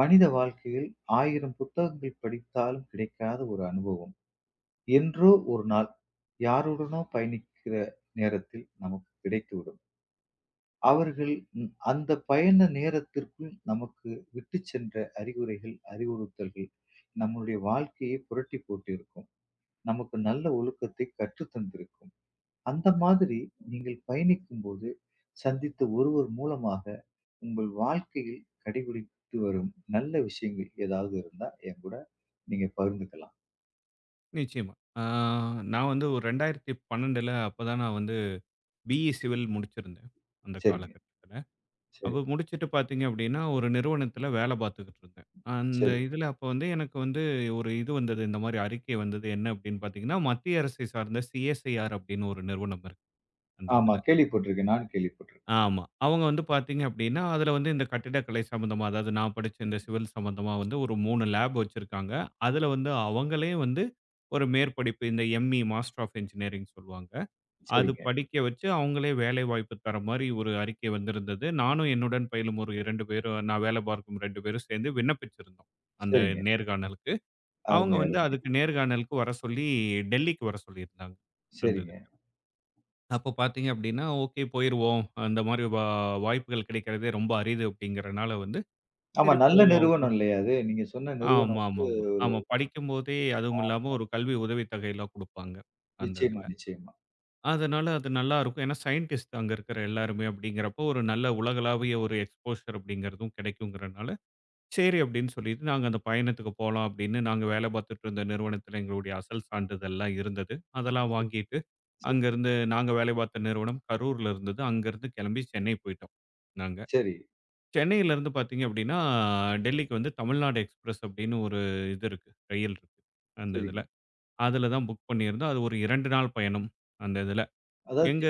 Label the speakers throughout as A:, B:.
A: மனித வாழ்க்கையில் ஆயிரம் புத்தகங்கள் படித்தாலும் கிடைக்காத ஒரு அனுபவம் என்றோ ஒரு நாள் யாருடனோ பயணிக்கிற நேரத்தில் நமக்கு கிடைத்துவிடும் அவர்கள் அந்த பயண நேரத்திற்குள் நமக்கு விட்டு சென்ற அறிவுரைகள் அறிவுறுத்தல்கள் நம்முடைய வாழ்க்கையை புரட்டி போட்டிருக்கும். நமக்கு நல்ல ஒழுக்கத்தை கற்றுத் தந்திருக்கும் அந்த மாதிரி நீங்கள் பயணிக்கும் போது சந்தித்த ஒருவர் மூலமாக உங்கள் வாழ்க்கையில் கடைபிடித்து வரும் நல்ல விஷயங்கள் ஏதாவது இருந்தா என் கூட நீங்க பகிர்ந்துக்கலாம்.
B: நிச்சயமா. ஆ நான் வந்து ஒரு 2012 அப்பதான் நான் வந்து பிஇ சிவில் முடிச்சிருந்தேன். அந்த
A: சரிங்க.
B: காலகட்டத்துல.
A: சரி,
B: அப்ப முடிச்சுட்டு பார்த்தீங்க அப்படின்னா, ஒரு நிறுவனத்துல வேலை பார்த்துக்கிட்டு இருந்தேன். அந்த
A: சரி.
B: இதுல அப்ப வந்து எனக்கு வந்து ஒரு இது வந்தது. இந்த மாரி அறிக்கை வந்தது. என்ன அப்படின்னு பார்த்தீங்கன்னா, மத்திய அரசை சார்ந்த சிஎஸ்ஐஆர் அப்படின்னு ஒரு நிறுவனம் இருக்கு. அந்த
A: ஆமா,
B: இதுல.
A: கேள்விப்பட்டிருக்கேன். நானும் கேள்விப்பட்டிருக்கேன்.
B: ஆமா. அவங்க வந்து பார்த்தீங்க அப்டின்னா, அதுல வந்து இந்த கட்டிடக்கலை சம்மந்தமா, அதாவது நான் படிச்ச இந்த சிவில் சம்மந்தமா வந்து ஒரு 3 லேப் வச்சிருக்காங்க. அதுல வந்து அவங்களே வந்து ஒரு மேற்படிப்பு இந்த எம்.இ. மாஸ்டர் ஆஃப் என்ஜினியரிங் சொல்லுவாங்க. அது
A: சரிங்க,
B: படிக்க வச்சு அவங்களே வேலைவாய்ப்பு தர மாரி ஒரு அறிக்கை வந்திருந்தது. நானும் என்னுடன் பயிலும் ஒரு 2 பேரும் நான் வேலை பார்க்கும் 2 பேரும் சேர்ந்து விண்ணப்பிச்சிருந்தோம். அந்த
A: சரிங்க.
B: நேர்காணலுக்கு. அவங்க
A: அருமை,
B: வந்து
A: அருமை.
B: அதுக்கு நேர்காணலுக்கு வர சொல்லி டெல்லிக்கு வர சொல்லியிருந்தாங்க. அந்த
A: சரிங்க.
B: இதுக்கு. அப்போ பார்த்தீங்க அப்படின்னா, ஓகே போயிருவோம். அந்த மாரி வாய்ப்புகள் கிடைக்கிறதே ரொம்ப அரிது அப்படிங்கிறனால வந்து,
A: ஆமா.
B: சரி
A: நல்ல
B: போவோம்.
A: நிறுவனம் இல்லையா அது? நீங்க சொன்ன
B: ஆமா,
A: நிறுவனம்
B: ஆமா, ஆமா. ஆமா. படிக்கும்போதே அதுவும்
A: தான்.
B: இல்லாம ஒரு கல்வி உதவித்தொகைலாம் குடுப்பாங்க, அந்த
A: நிச்சயமா,
B: இதுல.
A: நிச்சயமா.
B: அதனால அது நல்லாருக்கும். ஏன்னா சயின்டிஸ்ட் அங்க இருக்கிற எல்லாருமே அப்படிங்கிறப்போ, ஒரு நல்ல உலகளாவிய ஒரு எக்ஸ்போஷர் அப்படிங்கிறதும் கிடைக்குங்கிறனால, சரி அப்படின்னு சொல்லிட்டு நாங்க அந்த பயணத்துக்கு போலாம் அப்படின்னு, நாங்க வேலை பார்த்துட்டு இருந்த நிறுவனத்துல எங்களுடைய அசல் சான்றிதழ்லாம் இருந்தது. அதெல்லாம் வாங்கிட்டு
A: சரி,
B: அங்கருந்து நாங்க வேலை பார்த்த நிறுவனம் கரூர்ல இருந்தது. அங்கருந்து கிளம்பி சென்னை போயிட்டோம் நாங்க.
A: சரி,
B: சென்னையிலருந்து பார்த்தீங்க அப்படின்னா, டெல்லிக்கு வந்து தமிழ்நாடு எக்ஸ்பிரஸ் அப்படின்னு ஒரு இது இருக்கு. ரயில் இருக்கு அந்த இதுல.
A: சரிங்க.
B: அதுல தான் புக் பண்ணியிருந்தோம். அது ஒரு 2 நாள் பயணம் அந்த இதுல.
A: அதாவது
B: எங்க
A: சி-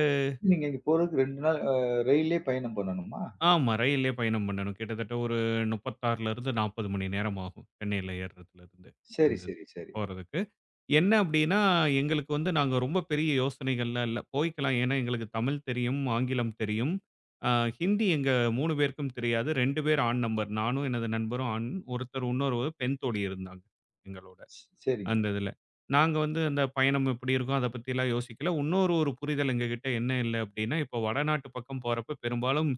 A: நீங்க இங்க போறதுக்கு 2 நாள் ரயில்லயே பயணம் பண்ணணுமா?
B: ஆமா, ரயில்லயே பயணம் பண்ணணும். கிட்டத்தட்ட ஒரு 36லருந்து 40 மணி நேரம் ஆகும். சென்னையில ஏறுறதுலருந்து
A: சரி,
B: அந்த இது
A: சரி, சரி.
B: போறதுக்கு. என்ன அப்டின்னா, எங்களுக்கு வந்து நாங்க ரொம்ப பெரிய யோசனைகள்லாம் இல்ல. போய்க்கலாம். ஏன்னா, எங்களுக்கு தமிழ் தெரியும், ஆங்கிலம் தெரியும். அ ஹிந்தி எங்க 3 பேருக்கும் தெரியாது. 2 பேர் ஆண் நம்பர். நானும் எனது நண்பரும் ஆண். ஒருத்தர் இன்னொரு பெண் தோழி இருந்தாங்க எங்களோட,
A: சரிங்க.
B: அந்த இதுல. நாங்க வந்து அந்த பயணம் எப்படி இருக்கும், அத பத்திலாம் யோசிக்கல. இன்னொரு ஒரு புரிதல் எங்ககிட்ட என்ன இல்ல அப்டின்னா, இப்போ வடநாட்டு பக்கம் போறப்ப பெரும்பாலும்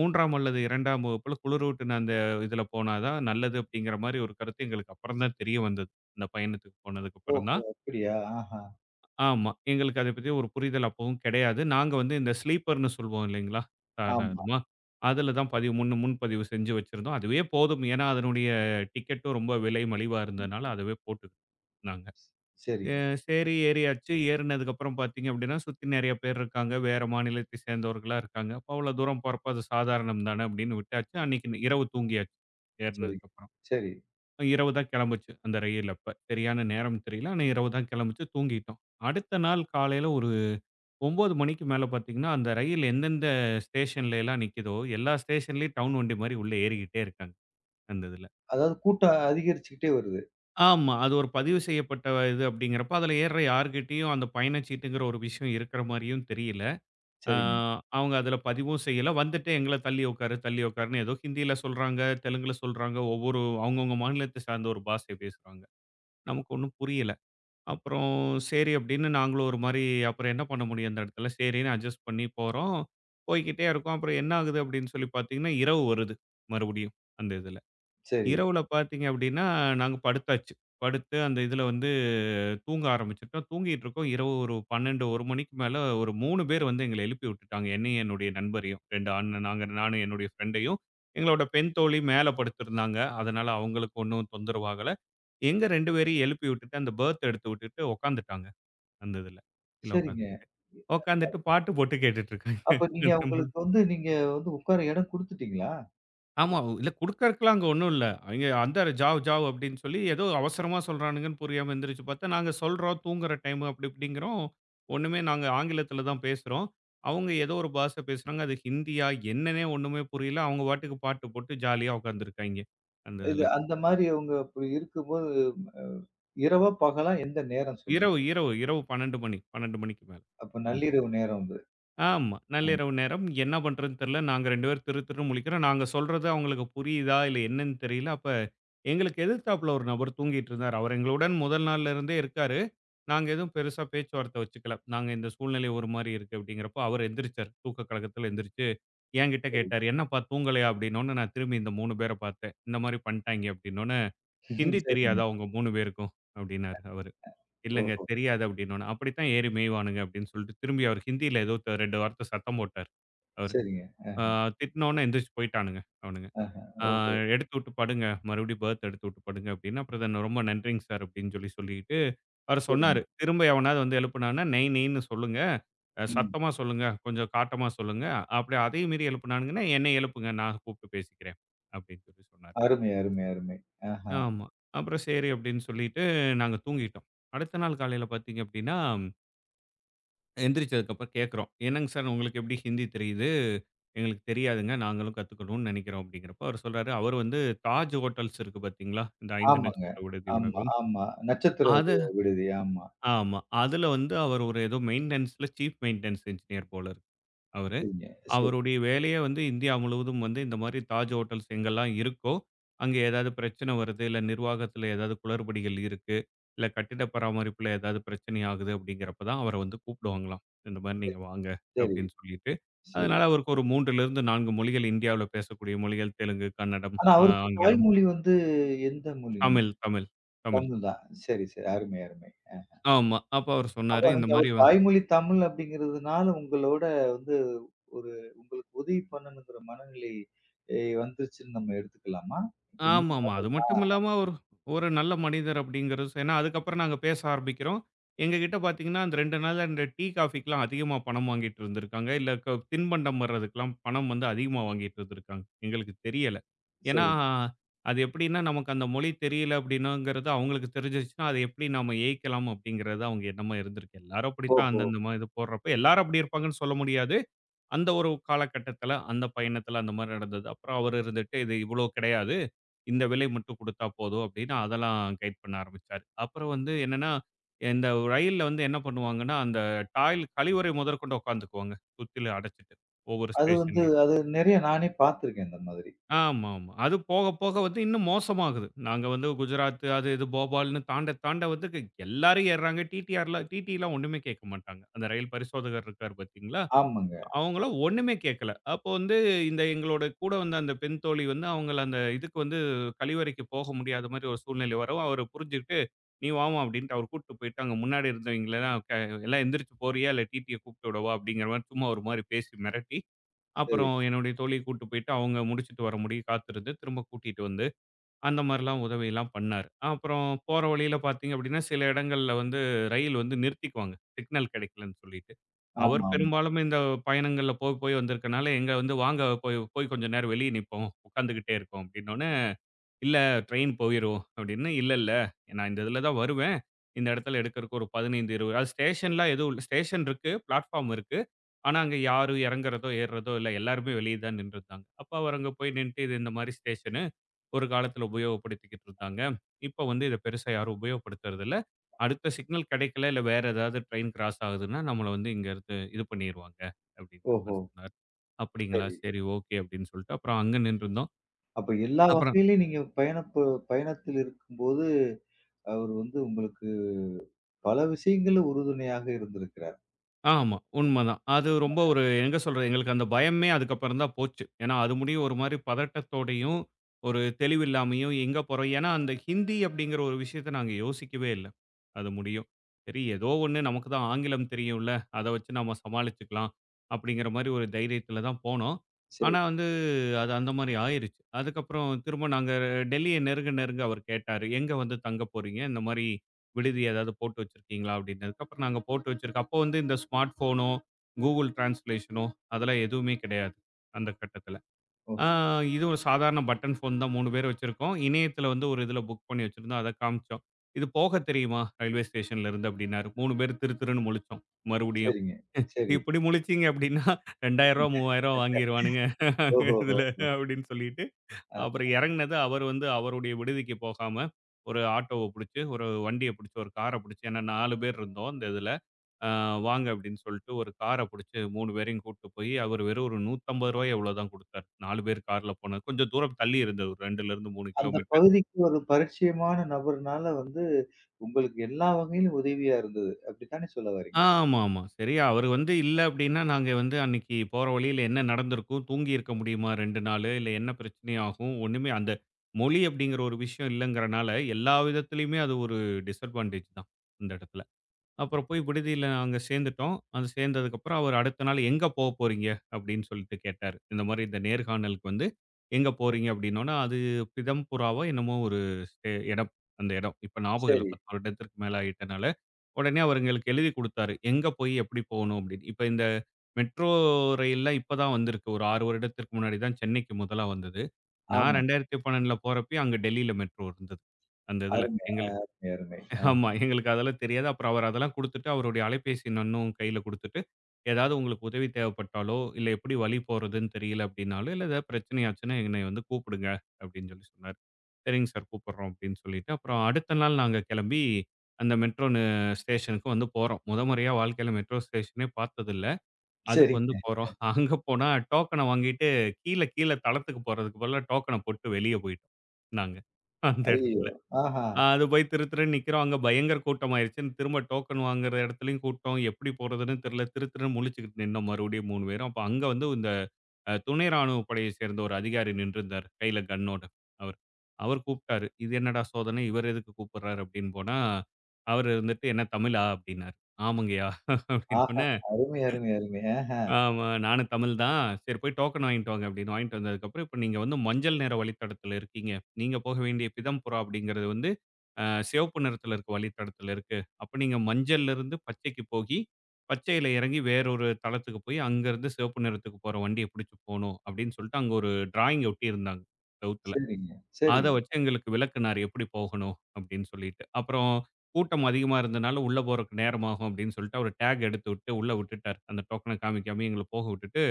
B: 3ஆம் அல்லது 2ஆம் வகுப்புல குளிரூட்டுன அந்த இதுல போனா தான் நல்லது அப்டிங்கிற மாரி ஒரு கருத்து எங்களுக்கு அப்புறம் தான் தெரிய வந்தது. இந்த பயணத்துக்கு போனதுக்கு அப்புறம்
A: ஓஹோ!
B: தான்.
A: அப்படியா? ஆஹா.
B: ஆமா. எங்களுக்கு அத பத்தி ஒரு புரிதல் அப்பவும் கிடையாது. நாங்க வந்து இந்த ஸ்லீப்பர்ன்னு சொல்வோம் இல்லைங்களா?
A: ஆமா.
B: சாதாரணமா. அதுல தான் பதிவு முன்பதிவு செஞ்சு வச்சிருந்தோம். அதுவே போதும். ஏன்னா, அதனுடைய டிக்கெட்டும் ரொம்ப விலை மலிவா இருந்ததுனால, அதுவே போட்டுக்கிட்டோம் நாங்க. அ
A: சரிங்க,
B: சரி, ஏறியாச்சு. ஏறுனதுக்கப்புறம் பார்த்தீங்க அப்படின்னா, சுத்தி நெறைய பேர் இருக்காங்க. வேற மாநிலத்தை சேர்ந்தவர்களா இருக்காங்க. அப்ப அவ்வளோ தூரம் போறப்ப அது சாதாரணம் தானே அப்படின்னு விட்டாச்சு. அன்னைக்கு இரவு தூங்கியாச்சு,
A: சரிங்க.
B: ஏறுனதுக்கப்புறம்.
A: சரி.
B: இரவு தான் கிளம்புச்சு அந்த ரயில் அப்ப. சரியான நேரம் தெரியல. ஆனா இரவு தான் கிளம்புச்சு. தூங்கிட்டோம். அடுத்த நாள் காலையில ஒரு 9 மணிக்கு மேல பார்த்தீங்கன்னா, அந்த ரயில் எந்தெந்த ஸ்டேஷன்ல எல்லாம் நிக்குதோ, எல்லா ஸ்டேஷன்லயும் டவுன் வண்டி மாரி உள்ள ஏறிக்கிட்டே இருக்காங்க, அந்த இதுல.
A: அதாவது கூட்டம் அதிகரிச்சுக்கிட்டே வருது.
B: ஆமா. அது ஒரு பதிவு செய்யப்பட்ட இது அப்படிங்கிறப்ப, அதுல ஏறுற யார்கிட்டயும் அந்த பயணச்சீட்டுங்கிற ஒரு விஷயம் இருக்கிற மாரியும் தெரியல. ஆ
A: சரிங்க.
B: அவங்க அதுல பதிவும் செய்யல. வந்துட்டு எங்கள "தள்ளி உட்காரு, தள்ளி உட்காருன்னு" ஏதோ ஹிந்தியில சொல்றாங்க, தெலுங்குல சொல்றாங்க. ஒவ்வொரு அவங்கவங்க மாநிலத்த சார்ந்த ஒரு பாஷை பேசுறாங்க. நமக்கு ஒண்ணும் புரியல. அப்புறம் சரி அப்படின்னு நாங்களும் ஒரு மாரி அப்புறம் என்ன பண்ண முடியும் அந்த இடத்துல. சரின்னு அட்ஜஸ்ட் பண்ணி போறோம். போய்க்கிட்டே இருக்கோம். அப்புறம் என்ன ஆகுது அப்படின்னு சொல்லி பார்த்தீங்கன்னா, இரவு வருது மறுபடியும் அந்த இதுல.
A: சரி,
B: இரவுல பார்த்தீங்க அப்படின்னா, நாங்க படுத்தாச்சு. படுத்து அந்த இதுல வந்து தூங்க ஆரம்பிச்சுட்டோம். தூங்கிட்டு இருக்கோம். இரவு ஒரு 12, 1 மணிக்கு மேல ஒரு 3 பேர் வந்து எங்கள எழுப்பி விட்டுட்டாங்க. என்னையும் என்னுடைய நண்பரையும். 2 அண்ணன் நாங்க நானும் என்னுடைய ஃப்ரெண்டையும். எங்களோட பெண் தோழி மேல படுத்திருந்தாங்க. அதனால அவங்களுக்கு ஒண்ணும் தொந்தரவு ஆகல. எங்க 2 பேரையும் எழுப்பி விட்டுட்டு அந்த பெர்த் எடுத்து விட்டுட்டு உட்காந்துட்டாங்க. அந்த இதுல. கீழ
A: சரிங்க.
B: உட்காந்துக்கிட்டு. உட்காந்துட்டு பாட்டு போட்டு கேட்டுட்டு இருக்காங்க.
A: அப்ப
B: இந்த
A: நீங்க
B: மாதிரி-
A: அவங்களுக்கு வந்து நீங்க வந்து உட்கார இடம் குடுத்துட்டீங்களா?
B: ஆமா. இல்ல குடுக்கறதுக்குலாம் அங்க ஒண்ணும் இல்ல. அவிங்க அந்த ஜாவ் ஜாவ் அப்படின்னு சொல்லி ஏதோ அவசரமா சொல்றானுங்கன்னு புரியாம எந்திரிச்சு பார்த்தா, நாங்க சொல்றோம் தூங்குற டைம் அப்படி இப்படிங்கிறோம். ஒண்ணுமே நாங்க ஆங்கிலத்தில தான் பேசுறோம். அவங்க ஏதோ ஒரு பாஷை பேசுறாங்க. அது ஹிந்தியா என்னன்னே ஒண்ணுமே புரியல. அவங்க பாட்டுக்கு பாட்டு போட்டு ஜாலியா உட்காந்துருக்காய்ங்க. அந்த இதுல.
A: இது அந்த மாரி அவங்க அப்படி இருக்கும்போது அ இரவா, பகலா எந்த நேரம் சொல்லுங்க?
B: இரவு, இரவு, இரவு 12 மணி. 12 மணிக்கு மேல.
A: அப்ப
B: அந்த
A: நள்ளிரவு நேரம் அது.
B: ஆமா.
A: அ
B: நள்ளிரவு நேரம். என்ன பண்றதுன்னு தெரியல. நாங்க 2 பேரும் திரு திருன்னு முழிக்கிறோம். நாங்க சொல்றது அவங்களுக்கு புரியுதா? இல்ல என்னன்னு தெரியல. அப்ப எங்களுக்கு எதிர்த்தாப்புல ஒரு நபர் தூங்கிட்டு இருந்தாரு. அவர் எங்களுடன் முதல் நாள்ல இருந்தே இருக்காரு. நாங்க எதுவும் பெருசா பேச்சுவார்த்தை வச்சுக்கல. நாங்க இந்த சூழ்நிலை ஒரு மாரி இருக்கு அப்படிங்கிறப்போ அவர் எந்திரிச்சார். தூக்க கலக்கத்துல எந்திரிச்சு என்கிட்ட கேட்டாரு. "என்னப்பா தூங்கலையா?" அப்படின்னோனே நான் திரும்பி இந்த 3 பேர பார்த்தேன். இந்த மாரி பண்ணிட்டாய்ங்க அப்படின்னோனே, "ஹிந்தி
A: சரிங்க.
B: தெரியாதா உங்க 3 பேருக்கும்?" அப்படின்னாரு அவரு. இல்லங்க.
A: ஓஹோ!
B: தெரியாது அப்டின்னோன. "அப்படித்தான் ஏறி மேய்வானுங்க" அப்டின்னு சொல்லிட்டு திரும்பி அவர் ஹிந்தியில ஏதோ 2 வார்த்த சத்தம் போட்டாரு. அவரு.
A: சரிங்க.
B: ஆ
A: அ,
B: திட்டுனோனே எந்திரிச்சு போயிட்டானுங்க அவனுங்க.
A: ஆஹா.
B: ஆ
A: ஓஹோ!
B: "எடுத்து விட்டு படுங்க. மறுபடியும் பெர்த் எடுத்து விட்டு படுங்க" அப்டின்னு. அப்புறம் தான் "ரொம்ப நன்றிங்க சார்" அப்டின்னு சொல்லி சொல்லிட்டு அவரு
A: சரிங்க.
B: சொன்னாரு. திரும்ப எவனாவது வந்து எழுப்புனான்னா, "நெய் நெய்ன்னு சொல்லுங்க.
A: ம்.
B: சத்தமா சொல்லுங்க. கொஞ்சம் காட்டமா சொல்லுங்க. அப்படி அதையும் மீறி எழுப்புனானுங்கன்னா, என்னைய எழுப்புங்க. நான் கூப்ட்டு பேசிக்கிறேன்" அப்டின்னு சொல்லி சொன்னாரு.
A: அருமை, அருமை, அருமை. ஆஹா.
B: ஆமா. அப்புறம் சரி அப்டின்னு சொல்லிட்டு நாங்க தூங்கிட்டோம். அடுத்த நாள் காலையில பார்த்தீங்க அப்டின்னா எந்திரிச்சதுக்கப்புறம் கேட்குறோம். "என்னங்க சார் உங்களுக்கு எப்படி ஹிந்தி தெரியுது? எங்களுக்கு தெரியாதுங்க. நாங்களும் கத்துக்கணும்னு நெனைக்கிறோம்." அப்படிங்கிறப்ப அவரு சொல்றாரு, அவரு வந்து தாஜ் ஹோட்டல்ஸ் இருக்கு பார்த்தீங்களா? இந்த 5
A: ஆமாங்க.
B: நட்சத்திர விடுதி
A: ஆமா,
B: உணவகம்.
A: ஆமா. நட்சத்திர
B: அது
A: விடுதி. ஆமா.
B: ஆமா. அதுல வந்து அவர் ஒரு ஏதோ மெயின்டனன்ஸ்ல சீஃப் மெயின்டனன்ஸ் இன்ஜினியர் போல இருக்கு அவரு.
A: சரிங்க. சரி,
B: அவருடைய வேலையே வந்து இந்தியா முழுவதும் வந்து இந்த மாதிரி தாஜ் ஹோட்டல்ஸ் எங்கெல்லாம் இருக்கோ, அங்கே ஏதாவது பிரச்சனை வருது, இல்ல நிர்வாகத்தில ஏதாவது குளறுபடிகள் இருக்கு, இல்ல கட்டிட பராமரிப்பில ஏதாவது பிரச்சனை ஆகுது அப்படிங்கிறப்ப தான் அவர வந்து கூப்பிடுவாங்களாம். இந்த மாதிரி நீங்க வாங்க
A: சரி,
B: அப்படின்னு சொல்லிட்டு.
A: சரி.
B: அதனால அவருக்கு ஒரு 3லிருந்து 4 மொழிகள் இந்தியாவுல பேசக்கூடிய மொழிகள் தெலுங்கு, கன்னடம்,
A: ஆனா அவருக்கு
B: ஆங்கிலம்,
A: தாய்மொழி வந்து எந்த மொழி?
B: தமிழ், தமிழ், தமிழ்.
A: தமிழ் தான். சரி, சரி. அருமை, அருமை.
B: ஆமா. அப்ப அவர்
A: அப்ப
B: சொன்னாரு,
A: ம்.
B: இந்த
A: நீங்க ஒரு
B: மாதிரி
A: தாய்மொழி தமிழ் அப்படிங்கிறதுனால, உங்களோட வந்து ஒரு உங்களுக்கு உதவி பண்ணணுங்கிற மனநிலை வந்துருச்சுன்னு நம்ம எடுத்துக்கலாமா? இப்ப நீங்க
B: ஆமாமா. அது
A: தமிழ்
B: மட்டும் இல்லாம ஒரு ஒரு நல்ல மனிதர் அப்படிங்கிறது ஏன்னா அதுக்கப்புறம் நாங்க பேச ஆரம்பிக்கிறோம். எங்ககிட்ட பார்த்தீங்கன்னா, அந்த 2 நாள்ல இந்த டீ, காஃபிக்குலாம் அதிகமா பணம் வாங்கிட்டு இருந்திருக்காங்க. இல்ல தின்பண்டம் வர்றதுக்கெல்லாம் பணம் வந்து அதிகமா வாங்கிட்டு இருந்திருக்காங்க. எங்களுக்கு தெரியல. ஏன்னா,
A: சரி.
B: அது எப்படின்னா நமக்கு அந்த மொழி தெரியல அப்படின்னுங்கிறது அவங்களுக்கு தெரிஞ்சிருச்சுன்னா, அதை எப்படி நாம ஏய்க்கலாம் அப்படிங்கிறது அவங்க எண்ணமா இருந்திருக்கு. எல்லாரும் அப்படித்தான்
A: ஓஹோ!
B: அந்தந்த இது போடுறப்ப எல்லாரும் அப்படி இருப்பாங்கன்னு சொல்ல முடியாது. அந்த ஒரு காலகட்டத்தில, அந்த பயணத்தில அந்த மாரி நடந்தது. அப்புறம் அவர் இருந்துட்டு, "இது இவ்வளோ கிடையாது." இந்த விலை மட்டும் குடுத்தா போதும் அப்படின்னு அதெல்லாம் கைட் பண்ண ஆரம்பிச்சாரு. அப்புறம் வந்து என்னன்னா, இந்த ரயில்ல வந்து என்ன பண்ணுவாங்கன்னா, அந்த டாய்ல் கழிவறை முதற்கொண்டு உட்காந்துக்குவாங்க. சுத்திலும் அடைச்சுட்டு. ஒவ்வொரு
A: அது வந்து
B: ஸ்டேஷன்லயும்.
A: அது நெறைய நானே பார்த்துருக்கேன் இந்த மாதிரி.
B: ஆமா, ஆமா. அது போக போக வந்து இன்னும் மோசமாகுது. நாங்க வந்து குஜராத் அது இது போபால்ன்னு தாண்ட தாண்ட வந்து எல்லாரும் ஏறுறாங்க. டிடிஆர்ல டிடிலாம் ஒண்ணுமே கேட்க மாட்டாங்க. அந்த ரயில் பரிசோதகர் இருக்காரு பார்த்தீங்களா?
A: ஆமாங்க.
B: அவங்களாம் ஒண்ணுமே கேட்கல. அப்போ வந்து இந்த எங்களோட கூட வந்த அந்த பெண் தோழி வந்து அவங்கள அந்த இதுக்கு வந்து கழிவறைக்கு போக முடியாத மாரி ஒரு சூழ்நிலை வரவும், அவரு புரிஞ்சுகிட்டு, "நீ வாம்மா" அப்படின்ட்டு அவரு கூட்டு போயிட்டு அங்க முன்னாடி இருந்தவங்களலாம் "எல்லாம் எந்திரிச்சு போறியா? இல்ல டிடிய கூப்பிட்டு விடவா?" அப்படிங்கிற மாரி சும்மா ஒரு மாரி பேசி மிரட்டி,
A: சரி.
B: அப்புறம் என்னுடைய தோழிய கூட்டு போயிட்டு அவங்க முடிச்சுட்டு வர முடிய காத்திருந்து திரும்ப கூட்டிட்டு வந்து அந்த மாரிலாம் உதவிலாம் பண்ணாரு. அப்புறம் போற வழியில பார்த்தீங்க அப்படின்னா, சில இடங்கள்ல வந்து ரயில் வந்து நிறுத்திக்குவாங்க. சிக்னல் கிடைக்கலன்னு சொல்லிட்டு. அவர்
A: ஆமா, ஆமா.
B: பெரும்பாலும் இந்த பயணங்கள்ல போய் போய் வந்திருக்கனால, எங்க வந்து வாங்க போய் போய் கொஞ்சம் நேரம் வெளிய நிப்போம். உட்காந்துகிட்டே இருக்கோம் அப்படின்னோனே, "இல்ல ட்ரெயின் போயிரும்" அப்படின்னு. "இல்ல இல்ல நான் இந்த இதில தான் வருவேன். இந்த இடத்துல எடுக்கறக்கு ஒரு 15, 20" அது ஸ்டேஷன்லாம் எதுவும் இல்ல. ஸ்டேஷன் இருக்கு, பிளாட்ஃபார்ம் இருக்கு. ஆனா, அங்க யாரும் இறங்குறதோ, ஏறுறதோ இல்ல. எல்லாருமே வெளிய தான் நின்றுருந்தாங்க. அப்ப அவர் அங்க போய் நின்னுட்டு, "இது இந்த மாரி ஸ்டேஷனு. ஒரு காலத்துல உபயோகப்படுத்திக்கிட்டு இருந்தாங்க. இப்ப வந்து இத பெருசா யாரும் உபயோகப்படுத்துறதில்ல. அடுத்த சிக்னல் கிடைக்கல, இல்ல வேற ஏதாவது ட்ரெயின் கிராஸ் ஆகுதுன்னா, நம்மள வந்து இங்கருந்து இது பண்ணிருவாங்க. அப்படிங்கிற
A: ஓஹோ!
B: மாரி சொன்னாரு. அப்படிங்களா?
A: சரி.
B: சரி, ஓகே அப்படின்னு சொல்லிட்டு அப்புறம் அங்க நின்றுருந்தோம்.
A: அப்ப எல்லா
B: அப்புறம்
A: வகையிலயும் நீங்க பயணத்தில் இருக்கும்போது, அவர் வந்து உங்களுக்கு பல விஷயங்கள்ல உறுதுணையாக இருந்திருக்கிறார்.
B: ஆமா. உண்மதான். அது ரொம்ப ஒரு எங்க சொல்றது, எங்களுக்கு அந்த பயமே அதுக்கப்புறம் தான் போச்சு. ஏன்னா, அது முடியும் ஒரு மாரி பதட்டத்தோடையும், ஒரு தெளிவில்லாமையும் எங்க போறோம்? ஏன்னா, அந்த ஹிந்தி அப்படிங்கிற ஒரு விஷயத்த நாங்க யோசிக்கவே இல்ல. அது முடியும். சரி ஏதோ ஒண்ணு நமக்கு தான் ஆங்கிலம் தெரியும்ல, அத வச்சு நம்ம சமாளிச்சுக்கலாம். அப்படிங்கிற மாரி ஒரு தைரியத்தில தான் போனோம்.
A: சரி.
B: ஆனா வந்து, அது அந்த மாரி ஆயிருச்சு. அதுக்கப்புறம் திரும்ப நாங்க டெல்லிய நெருங்க நெருங்க அவர் கேட்டாரு. எங்க வந்து தங்க போறீங்க? இந்த மாரி விடுதி ஏதாவது போட்டு வச்சிருக்கீங்களா? அப்படின்னதுக்கு அப்புறம் நாங்க போட்டு வச்சிருக்கோம். அப்போ வந்து இந்த ஸ்மார்ட் ஃபோனோ, Google Translationனோ அதெல்லாம் எதுவுமே கிடையாது. அந்த கட்டத்தில.
A: ஓ!
B: ஆ இது ஒரு சாதாரண பட்டன் ஃபோன் தான் 3 பேர் வச்சிருக்கோம். இணையத்தில வந்து ஒரு இதில புக் பண்ணி வச்சிருந்தோம். அத காமிச்சோம். "இது போக தெரியுமா? ரயில்வே ஸ்டேஷன்ல இருந்து" அப்படின்னாரு. 3 பேர் திரு திருன்னு முழிச்சோம் மறுபடியும்.
A: சரிங்க. சரி.
B: இப்படி முழிச்சீங்க அப்படின்னா, ரூ. 2000 ரூ. 3000 வாங்கிருவானுங்க.
A: ஓஹோஹோ!
B: இதுல அப்படின்னு சொல்லிட்டு அப்புறம் இறங்குனது அவர் வந்து அவருடைய விடுதிக்கு போகாம, ஒரு ஆட்டோவ புடிச்சு, ஒரு வண்டிய புடிச்சு, ஒரு கார புடிச்சு ஏன்னா 4 பேர் இருந்தோம் அந்த இதுல. அ வாங்க அப்படின்னு சொல்லிட்டு ஒரு கார புடிச்சு 3 பேரையும் கூட்டு போய், அவர் வெறும் ஒரு ரூ. 150 எவ்வளோ தான் குடுத்தாரு. 4 பேர் கார்ல போனது. கொஞ்சம் தூரம் தள்ளி இருந்தது. ஒரு 2லேருந்து 3
A: அந்த
B: கிலோமீட்டர்.
A: பகுதிக்கு ஒரு பரிச்சயமான நபர்னால வந்து, உங்களுக்கு எல்லா வகையிலும் உதவியா இருந்தது. அப்படித்தானே சொல்ல வர்றீங்க?
B: ஆமாமா. சரியா அவரு வந்து இல்ல அப்டின்னா, நாங்க வந்து அன்னைக்கு போற வழியில என்ன நடந்திருக்கும்? தூங்கியிருக்க முடியுமா 2 நாளு? இல்ல என்ன பிரச்சனை ஆகும்? ஒண்ணுமே அந்த மொழி அப்டிங்கிற ஒரு விஷயம் இல்லங்கிறனால, எல்லா விதத்திலயுமே அது ஒரு டிஸ்அட்வான்டேஜ் தான், இந்த இடத்துல. அப்புறம் போய் விடுதியில நாங்க சேர்ந்துட்டோம். அது சேர்ந்ததுக்கப்புறம் அவரு அடுத்த நாள் எங்க போறீங்க? அப்படின்னு சொல்லிட்டு கேட்டாரு. இந்த மாரி இந்த நேர்காணலுக்கு வந்து எங்க போறீங்க? அப்படின்னோன, அது பிதம்புராவோ என்னமோ ஒரு ஸ்டே இடம். அந்த இடம். இப்ப ஞாபகம் இல்ல.
A: சரி.
B: 10 வருடத்திற்கு மேல ஆயிட்டனால. உடனே அவரு எங்களுக்கு எழுதி குடுத்தாரு. எங்க போய் எப்படி போணும் அப்படின்னு. இப்ப இந்த மெட்ரோ ரயில்லாம் இப்ப தான் வந்திருக்கு. ஒரு 6 வருடத்திற்கு முன்னாடி தான் சென்னைக்கு முதலா வந்தது. நான்
A: ஆமா.
B: 2012ல போறப்பயும் அங்க டெல்லியில மெட்ரோ இருந்தது. அந்த இதுல
A: அருமை,
B: எங்களுக்கு
A: அருமை, அருமை.
B: ஆமா. எங்களுக்கு அதெல்லாம் தெரியாது. அப்புறம் அவர் அதெல்லாம் குடுத்துட்டு, அவருடைய அலைபேசி நன்னும் கையில குடுத்துட்டு, ஏதாவது உங்களுக்கு உதவி தேவைப்பட்டாலோ, இல்ல எப்படி வழி போறதுன்னு தெரியல அப்படின்னாலோ, இல்ல ஏதாவது பிரச்சனையாச்சுன்னா என்னை வந்து கூப்பிடுங்க அப்படின்னு சொல்லி சொன்னாரு. சரிங்க சார் கூப்பிடுறோம் அப்படின்னு சொல்லிட்டு, அப்புறம் அடுத்த நாள் நாங்க கிளம்பி அந்த மெட்ரோ ஸ்டேஷனுக்கு வந்து போறோம். முத முறையா வாழ்க்கையில மெட்ரோ ஸ்டேஷனே பார்த்ததில்ல. அதுக்கு வந்து
A: சரிங்க.
B: போறோம். அங்க போனா டோக்கன வாங்கிட்டு கீழ கீழ தளத்துக்கு போறதுக்கு பதிலா டோக்கன போட்டு வெளிய போயிட்டோம் நாங்க அந்த
A: ஐயய்யோ!
B: இடத்துல.
A: ஆஹா!
B: அது போய் திரு திருன்னு நிக்கிறோம். அங்க பயங்கர கூட்டமாயிருச்சு. திரும்ப டோக்கன் வாங்குற இடத்துலயும் கூட்டம். எப்படி போறதுன்னு தெரியல. திரு திருன்னு முழிச்சுக்கிட்டு நின்னோம் மறுபடியும் 3 பேரும். அப்ப அங்க வந்து இந்த அ துணை ராணுவ படையை சேர்ந்த ஒரு அதிகாரி நின்றிருந்தாரு. கையில கன்னோட அவரு. அவர் கூப்பிட்டாரு. "இது என்னடா சோதனை? இவரு எதுக்கு கூப்பிடுறாரு?" அப்படின்னு போனா, அவரு இருந்துட்டு, "என்ன தமிழா?" அப்படின்னாரு. "ஆமாங்கய்யா"
A: ஆஹா!
B: அப்படின்னோன
A: அருமை, அருமை, அருமை.
B: ஆமா. நானும் தமிழ் தான். சரி போய் டோக்கன் வாங்கிட்டு வாங்க அப்படின்னு வாங்கிட்டு வந்ததுக்கப்புறம், இப்ப நீங்க வந்து மஞ்சள் நிற வழித்தடத்துல இருக்கீங்க. நீங்க போக வேண்டிய பிதம்புரா அப்படிங்கிறது வந்து சிவப்பு நிறத்துல இருக்க வழித்தடத்துல இருக்கு. அப்ப நீங்க மஞ்சள்லருந்து பச்சைக்கு போகி, பச்சையில இறங்கி வேறொரு தளத்துக்கு போய், அங்கருந்து சிவப்பு நிறத்துக்கு போற வண்டிய புடிச்சு போணும் அப்படின்னு சொல்லிட்டு, அங்க ஒரு டிராயிங் ஒட்டியிருந்தாங்க செவுத்துல.
A: சரிங்க. சரி.
B: அத வச்சு எங்களுக்கு விளக்குனாரு எப்படி போகணும் அப்படின்னு சொல்லிட்டு. அப்புறம் கூட்டம் அதிகமா இருந்தனால உள்ள போறக்கு நேரமாகும் அப்படின்னு சொல்லிட்டு அவரு டேக் எடுத்து விட்டு உள்ள விட்டுட்டார். அந்த டோக்கன காமிக்காம எங்கள போக விட்டுட்டு,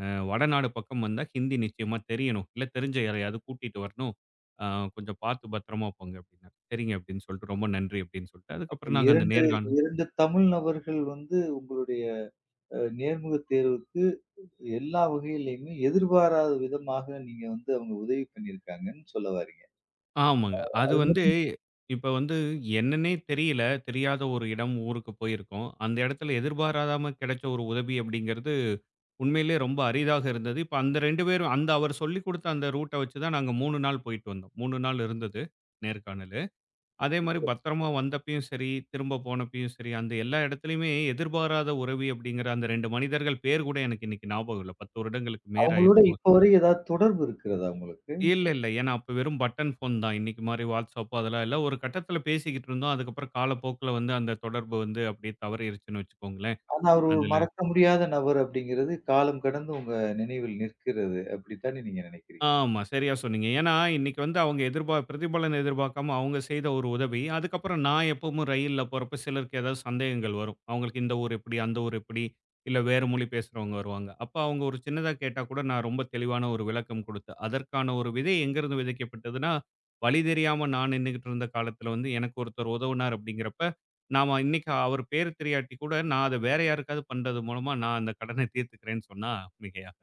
B: அ வடநாடு பக்கம் வந்தா ஹிந்தி நிச்சயமா தெரியணும். இல்ல தெரிஞ்ச யாரையாவது கூட்டிட்டு வரணும். அ கொஞ்சம் பார்த்து பத்திரமா போங்க அப்படின்னாரு. சரிங்க அப்படின்னு சொல்லிட்டு ரொம்ப நன்றி அப்படின்னு சொல்லிட்டு
A: அப்ப
B: அதுக்கப்புறம் நாங்க அந்த
A: 2
B: நேர்காண
A: 2 தமிழ் நபர்கள் வந்து உங்களுடைய நேர்முகத் தேர்வுக்கு எல்லா வகையிலயுமே எதிர்பாராத விதமாக நீங்க வந்து அவங்க உதவி பண்ணியிருக்காங்கன்னு சொல்ல வர்றீங்க.
B: ஆமாங்க. அது
A: அது
B: வந்து
A: மட்டும்.
B: இப்ப வந்து என்னன்னே தெரியல. தெரியாத ஒரு இடம், ஊருக்கு போயிருக்கோம். அந்த இடத்துல எதிர்பாராம கிடைச்ச ஒரு உதவி அப்படிங்கிறது, உண்மையிலேயே ரொம்ப அரிதாக இருந்தது. இப்ப அந்த 2 பேரும் அந்த அவர் சொல்லிக் குடுத்த அந்த ரூட்ட வச்சு தான் நாங்க 3 நாள் போயிட்டு வந்தோம். 3 நாள் இருந்தது நேர்காணலு. அதே மாரி பத்திரமா வந்தப்பயும் சரி, திரும்ப போனப்பயும் சரி, அந்த எல்லா இடத்துலயுமே எதிர்பாராத உறவி அப்படிங்கிற அந்த 2 மனிதர்கள் பேர் கூட எனக்கு இன்னைக்கு ஞாபகம் இல்ல. 10 வருடங்களுக்கு மேல
A: அவங்களோட
B: ஆயிருச்சு.
A: இப்ப வரை ஏதாவது தொடர்பு இருக்கிறதா உங்களுக்கு?
B: இல்ல, இல்ல. ஏன்னா அப்ப வெறும் பட்டன் ஃபோன் தான். இன்னைக்கு மாரி WhatsApp அதெல்லாம் இல்ல. ஒரு கட்டத்தில பேசிக்கிட்டு இருந்தோம். அதுக்கப்புறம் காலப்போக்குல வந்து அந்த தொடர்பு வந்து அப்படியே தவறிருச்சுன்னு வச்சுக்கோங்களேன்.
A: ஆனா, அவரு ஒரு
B: அதுல
A: மறக்க முடியாத நபர் அப்படிங்கிறது காலம் கடந்து உங்க நினைவில் நிற்கிறது. அப்படித்தானே நீங்க நினைக்கிறீங்க?
B: ஆமா. சரியா சொன்னீங்க. ஏன்னா, இன்னைக்கு வந்து அவங்க பிரதிபலன் எதிர்பார்க்காம அவங்க செய்த ஒரு உதவி. அதுக்கப்புறம் நான் எப்பவும் ரயில்ல போறப்ப சிலருக்கு ஏதாவது சந்தேகங்கள் வரும். அவங்களுக்கு இந்த ஊர் எப்படி? அந்த ஊர் எப்படி? இல்ல வேறு மொழி பேசுறவங்க வருவாங்க. அப்ப அவங்க ஒரு சின்னதா கேட்டா கூட நான் ரொம்ப தெளிவான ஒரு விளக்கம் குடுத்து, அதற்கான ஒரு விதை எங்கேருந்து விதைக்கப்பட்டதுன்னா, வழி தெரியாம நான் நின்னுகிட்டு இருந்த காலத்துல வந்து எனக்கு ஒருத்தர் உதவுனார் அப்படிங்கிறப்ப, நாம இன்னைக்கு அவர் பேர் தெரியாட்டி கூட நான் அத வேற யாருக்காவது பண்றது மூலமா நான் அந்த கடனை தீர்த்துக்கிறேன்னு சொன்னா மிகையாகாது.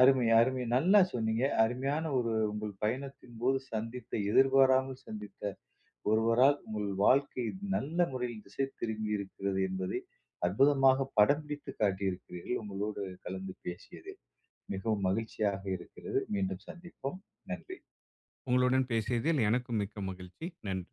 A: அருமை, அருமை. நல்லா சொன்னீங்க. அருமையான ஒரு உங்கள் பயணத்தின்போது சந்தித்த, எதிர்பாராமல் சந்தித்த ஒருவரால் உங்கள் வாழ்க்கை நல்ல முறையில் திசை திரும்பி இருக்கிறது என்பதை அற்புதமாக படம் பிடித்து காட்டியிருக்கிறீர்கள். உங்களோடு கலந்து பேசியதில் மிகவும் மகிழ்ச்சியாக இருக்கிறது. மீண்டும் சந்திப்போம். நன்றி.
B: உங்களுடன் பேசியதில் எனக்கும் மிக்க மகிழ்ச்சி. நன்றி.